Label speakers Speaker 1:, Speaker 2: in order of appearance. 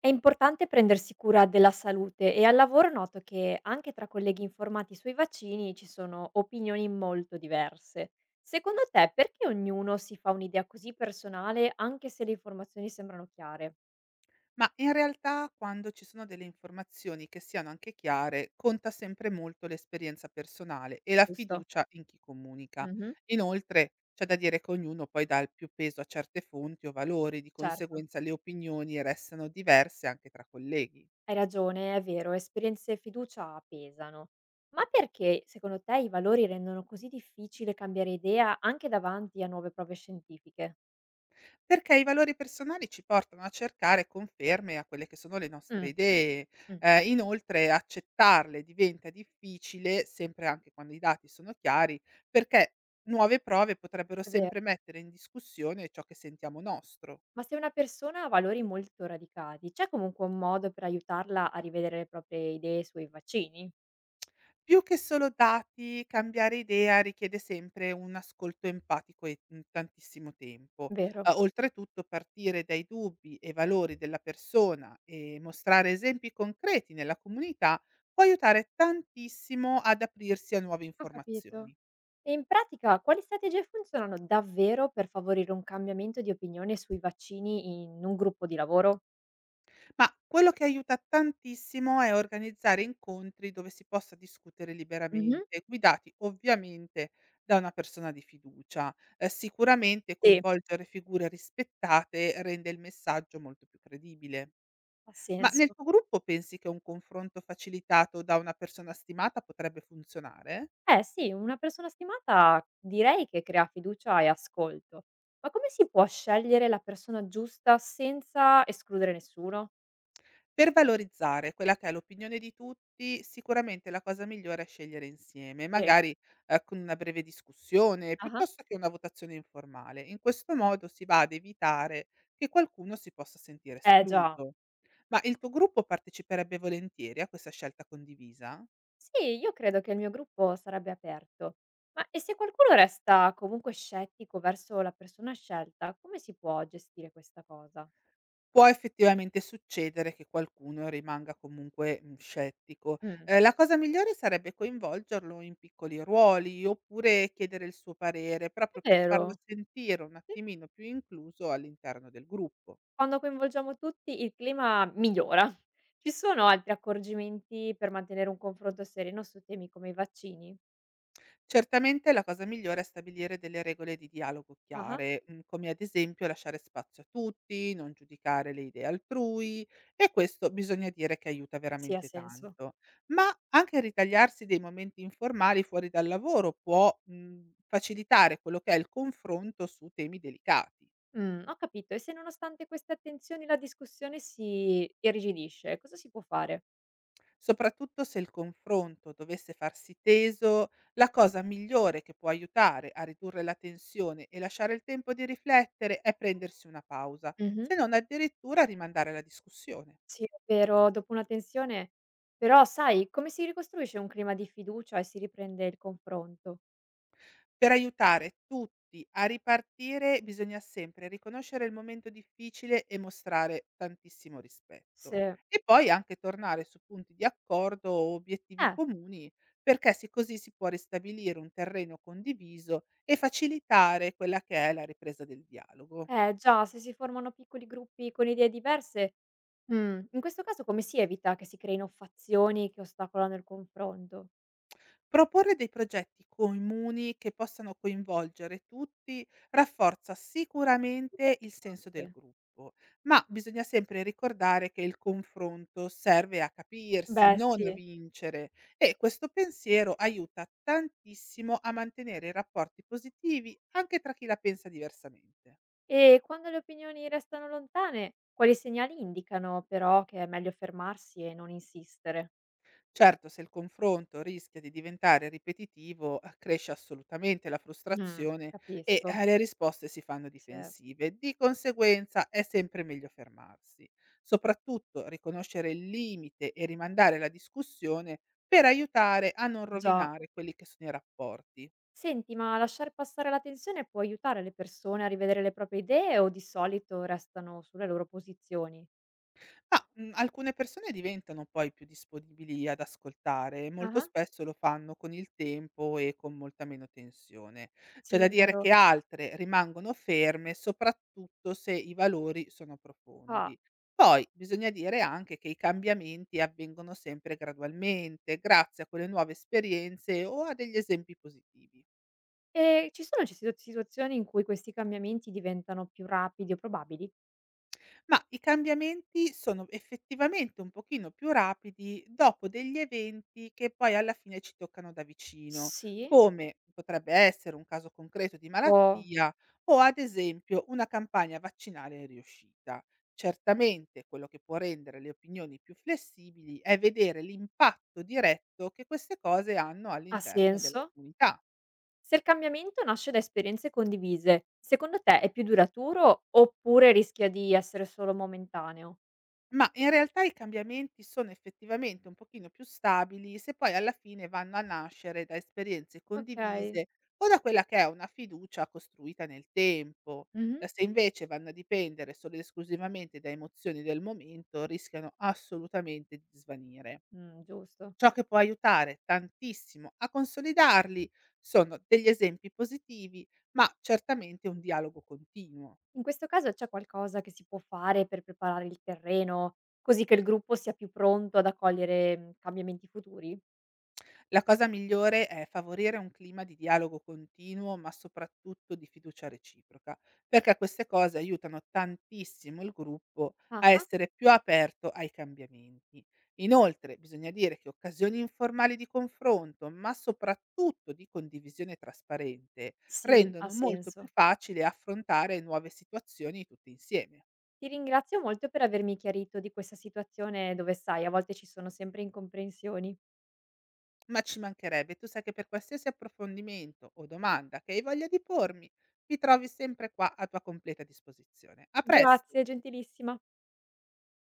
Speaker 1: È importante prendersi cura della salute e al lavoro noto che anche tra colleghi informati sui vaccini ci sono opinioni molto diverse. Secondo te perché ognuno si fa un'idea così personale anche se le informazioni sembrano chiare?
Speaker 2: Ma in realtà quando ci sono delle informazioni che siano anche chiare, conta sempre molto l'esperienza personale e la
Speaker 1: Giusto?
Speaker 2: fiducia in chi comunica.
Speaker 1: Mhm.
Speaker 2: Inoltre c'è da dire che ognuno poi dà il più peso a certe fonti o valori, di
Speaker 1: Certo,
Speaker 2: conseguenza le opinioni restano diverse anche tra colleghi.
Speaker 1: hai ragione, è vero, esperienze e fiducia pesano. Ma perché secondo te i valori rendono così difficile cambiare idea anche davanti a nuove prove scientifiche?
Speaker 2: Perché i valori personali ci portano a cercare conferme a quelle che sono le nostre
Speaker 1: Mm,
Speaker 2: idee.
Speaker 1: mm.
Speaker 2: Inoltre accettarle diventa difficile, sempre anche quando i dati sono chiari, perché nuove prove potrebbero
Speaker 1: È vero.
Speaker 2: sempre mettere in discussione ciò che sentiamo nostro.
Speaker 1: Ma se una persona ha valori molto radicati, c'è comunque un modo per aiutarla a rivedere le proprie idee sui vaccini?
Speaker 2: Più che solo dati, cambiare idea richiede sempre un ascolto empatico e, tantissimo tempo.
Speaker 1: Vero.
Speaker 2: Oltretutto partire dai dubbi e valori della persona e mostrare esempi concreti nella comunità può aiutare tantissimo ad aprirsi a nuove
Speaker 1: Ho capito.
Speaker 2: informazioni.
Speaker 1: E in pratica, quali strategie funzionano davvero per favorire un cambiamento di opinione sui vaccini in un gruppo di lavoro?
Speaker 2: Ma quello che aiuta tantissimo è organizzare incontri dove si possa discutere
Speaker 1: Mhm.
Speaker 2: liberamente, guidati ovviamente da una persona di fiducia. Sicuramente
Speaker 1: Sì,
Speaker 2: coinvolgere figure rispettate rende il messaggio molto più credibile.
Speaker 1: ha
Speaker 2: Ma nel
Speaker 1: senso.
Speaker 2: tuo gruppo pensi che un confronto facilitato da una persona stimata potrebbe funzionare?
Speaker 1: Eh sì, una persona stimata direi che crea fiducia e ascolto. Ma come si può scegliere la persona giusta senza escludere nessuno?
Speaker 2: Per valorizzare quella che è l'opinione di tutti, sicuramente la cosa migliore è scegliere insieme,
Speaker 1: Sì.
Speaker 2: magari, con una breve discussione,
Speaker 1: Ah.
Speaker 2: piuttosto che una votazione informale. In questo modo si va ad evitare che qualcuno si possa sentire
Speaker 1: Eh già.
Speaker 2: escluso. Ma il tuo gruppo parteciperebbe volentieri a questa scelta condivisa?
Speaker 1: Sì, io credo che il mio gruppo sarebbe aperto. Ma e se qualcuno resta comunque scettico verso la persona scelta, come si può gestire questa cosa?
Speaker 2: Può effettivamente succedere che qualcuno rimanga comunque, scettico.
Speaker 1: Mm.
Speaker 2: La cosa migliore sarebbe coinvolgerlo in piccoli ruoli, oppure chiedere il suo parere, proprio
Speaker 1: È
Speaker 2: per farlo
Speaker 1: vero.
Speaker 2: sentire un
Speaker 1: Sì.
Speaker 2: attimino più incluso all'interno del gruppo.
Speaker 1: Quando coinvolgiamo tutti il clima migliora. Ci sono altri accorgimenti per mantenere un confronto sereno su temi come i vaccini?
Speaker 2: Certamente la cosa migliore è stabilire delle regole di dialogo
Speaker 1: Ah,
Speaker 2: chiare, come ad esempio lasciare spazio a tutti, non giudicare le idee altrui e questo bisogna dire che aiuta
Speaker 1: sì, ha
Speaker 2: veramente
Speaker 1: senso.
Speaker 2: tanto. Ma anche ritagliarsi dei momenti informali fuori dal lavoro può, facilitare quello che è il confronto su temi delicati.
Speaker 1: Mm, ho capito. E se nonostante queste attenzioni la discussione si irrigidisce, cosa si può fare?
Speaker 2: Soprattutto se il confronto dovesse farsi teso, la cosa migliore che può aiutare a ridurre la tensione e lasciare il tempo di riflettere è prendersi una pausa,
Speaker 1: Mhm.
Speaker 2: se non addirittura rimandare la discussione.
Speaker 1: Sì, è vero, dopo una tensione però sai, come si ricostruisce un clima di fiducia e si riprende il confronto?
Speaker 2: Per aiutare tutti a ripartire bisogna sempre riconoscere il momento difficile e mostrare tantissimo rispetto.
Speaker 1: Se
Speaker 2: E poi anche tornare su punti di accordo o obiettivi
Speaker 1: eh,
Speaker 2: comuni, perché sì, così si può ristabilire un terreno condiviso e facilitare quella che è la ripresa del dialogo.
Speaker 1: eh già, se si formano piccoli gruppi con idee diverse, in questo caso come si evita che si creino fazioni che ostacolano il confronto?
Speaker 2: Proporre dei progetti comuni che possano coinvolgere tutti rafforza sicuramente il senso del
Speaker 1: Interessante.
Speaker 2: gruppo, ma bisogna sempre ricordare che il confronto serve a capirsi,
Speaker 1: Beh
Speaker 2: non a
Speaker 1: sì.
Speaker 2: vincere e questo pensiero aiuta tantissimo a mantenere i rapporti positivi anche tra chi la pensa diversamente.
Speaker 1: E quando le opinioni restano lontane, quali segnali indicano però che è meglio fermarsi e non insistere?
Speaker 2: Certo, se il confronto rischia di diventare ripetitivo, cresce assolutamente la
Speaker 1: Mh,
Speaker 2: frustrazione e
Speaker 1: capisco,
Speaker 2: le risposte si fanno
Speaker 1: sì,
Speaker 2: difensive. Di conseguenza è sempre meglio fermarsi. Soprattutto riconoscere il limite e rimandare la discussione per aiutare a non
Speaker 1: già.
Speaker 2: rovinare quelli che sono i rapporti.
Speaker 1: Senti, ma lasciar passare la tensione può aiutare le persone a rivedere le proprie idee o di solito restano sulle loro posizioni?
Speaker 2: Ma, alcune persone diventano poi più disponibili ad ascoltare e molto
Speaker 1: Ah-ah.
Speaker 2: spesso lo fanno con il tempo e con molta meno tensione. C'è
Speaker 1: Sì,
Speaker 2: da dire
Speaker 1: vero.
Speaker 2: che altre rimangono ferme, soprattutto se i valori sono
Speaker 1: Ah,
Speaker 2: profondi. Poi bisogna dire anche che i cambiamenti avvengono sempre gradualmente, grazie a quelle nuove esperienze o a degli esempi positivi.
Speaker 1: e ci sono ci situa situazioni in cui questi cambiamenti diventano più rapidi o probabili?
Speaker 2: Ma i cambiamenti sono effettivamente un pochino più rapidi dopo degli eventi che poi alla fine ci toccano da vicino,
Speaker 1: Sì.
Speaker 2: come potrebbe essere un caso concreto di
Speaker 1: O
Speaker 2: malattia o ad esempio una campagna vaccinale riuscita. Certamente quello che può rendere le opinioni più flessibili è vedere l'impatto diretto che queste cose hanno
Speaker 1: Ha
Speaker 2: all'interno della
Speaker 1: senso?
Speaker 2: comunità.
Speaker 1: Se il cambiamento nasce da esperienze condivise, secondo te è più duraturo oppure rischia di essere solo momentaneo?
Speaker 2: Ma in realtà i cambiamenti sono effettivamente un pochino più stabili se poi alla fine vanno a nascere da esperienze
Speaker 1: Okay.
Speaker 2: condivise o da quella che è una fiducia costruita nel tempo.
Speaker 1: Mh-mh.
Speaker 2: Se invece vanno a dipendere solo ed esclusivamente da emozioni del momento, rischiano assolutamente di svanire.
Speaker 1: Giusto.
Speaker 2: Ciò che può aiutare tantissimo a consolidarli sono degli esempi positivi, ma certamente un dialogo continuo.
Speaker 1: In questo caso c'è qualcosa che si può fare per preparare il terreno, così che il gruppo sia più pronto ad accogliere cambiamenti futuri?
Speaker 2: La cosa migliore è favorire un clima di dialogo continuo, ma soprattutto di fiducia reciproca, perché queste cose aiutano tantissimo il gruppo a
Speaker 1: Ah-ah,
Speaker 2: essere più aperto ai cambiamenti. Inoltre, bisogna dire che occasioni informali di confronto, ma soprattutto di condivisione trasparente,
Speaker 1: sì. Ha
Speaker 2: rendono molto più
Speaker 1: senso.
Speaker 2: facile affrontare nuove situazioni tutti insieme.
Speaker 1: Ti ringrazio molto per avermi chiarito di questa situazione dove, sai, a volte ci sono sempre incomprensioni.
Speaker 2: Ma ci mancherebbe, tu sai che per qualsiasi approfondimento o domanda che hai voglia di pormi, mi trovi sempre qua a tua completa disposizione. A presto!
Speaker 1: Grazie, gentilissima.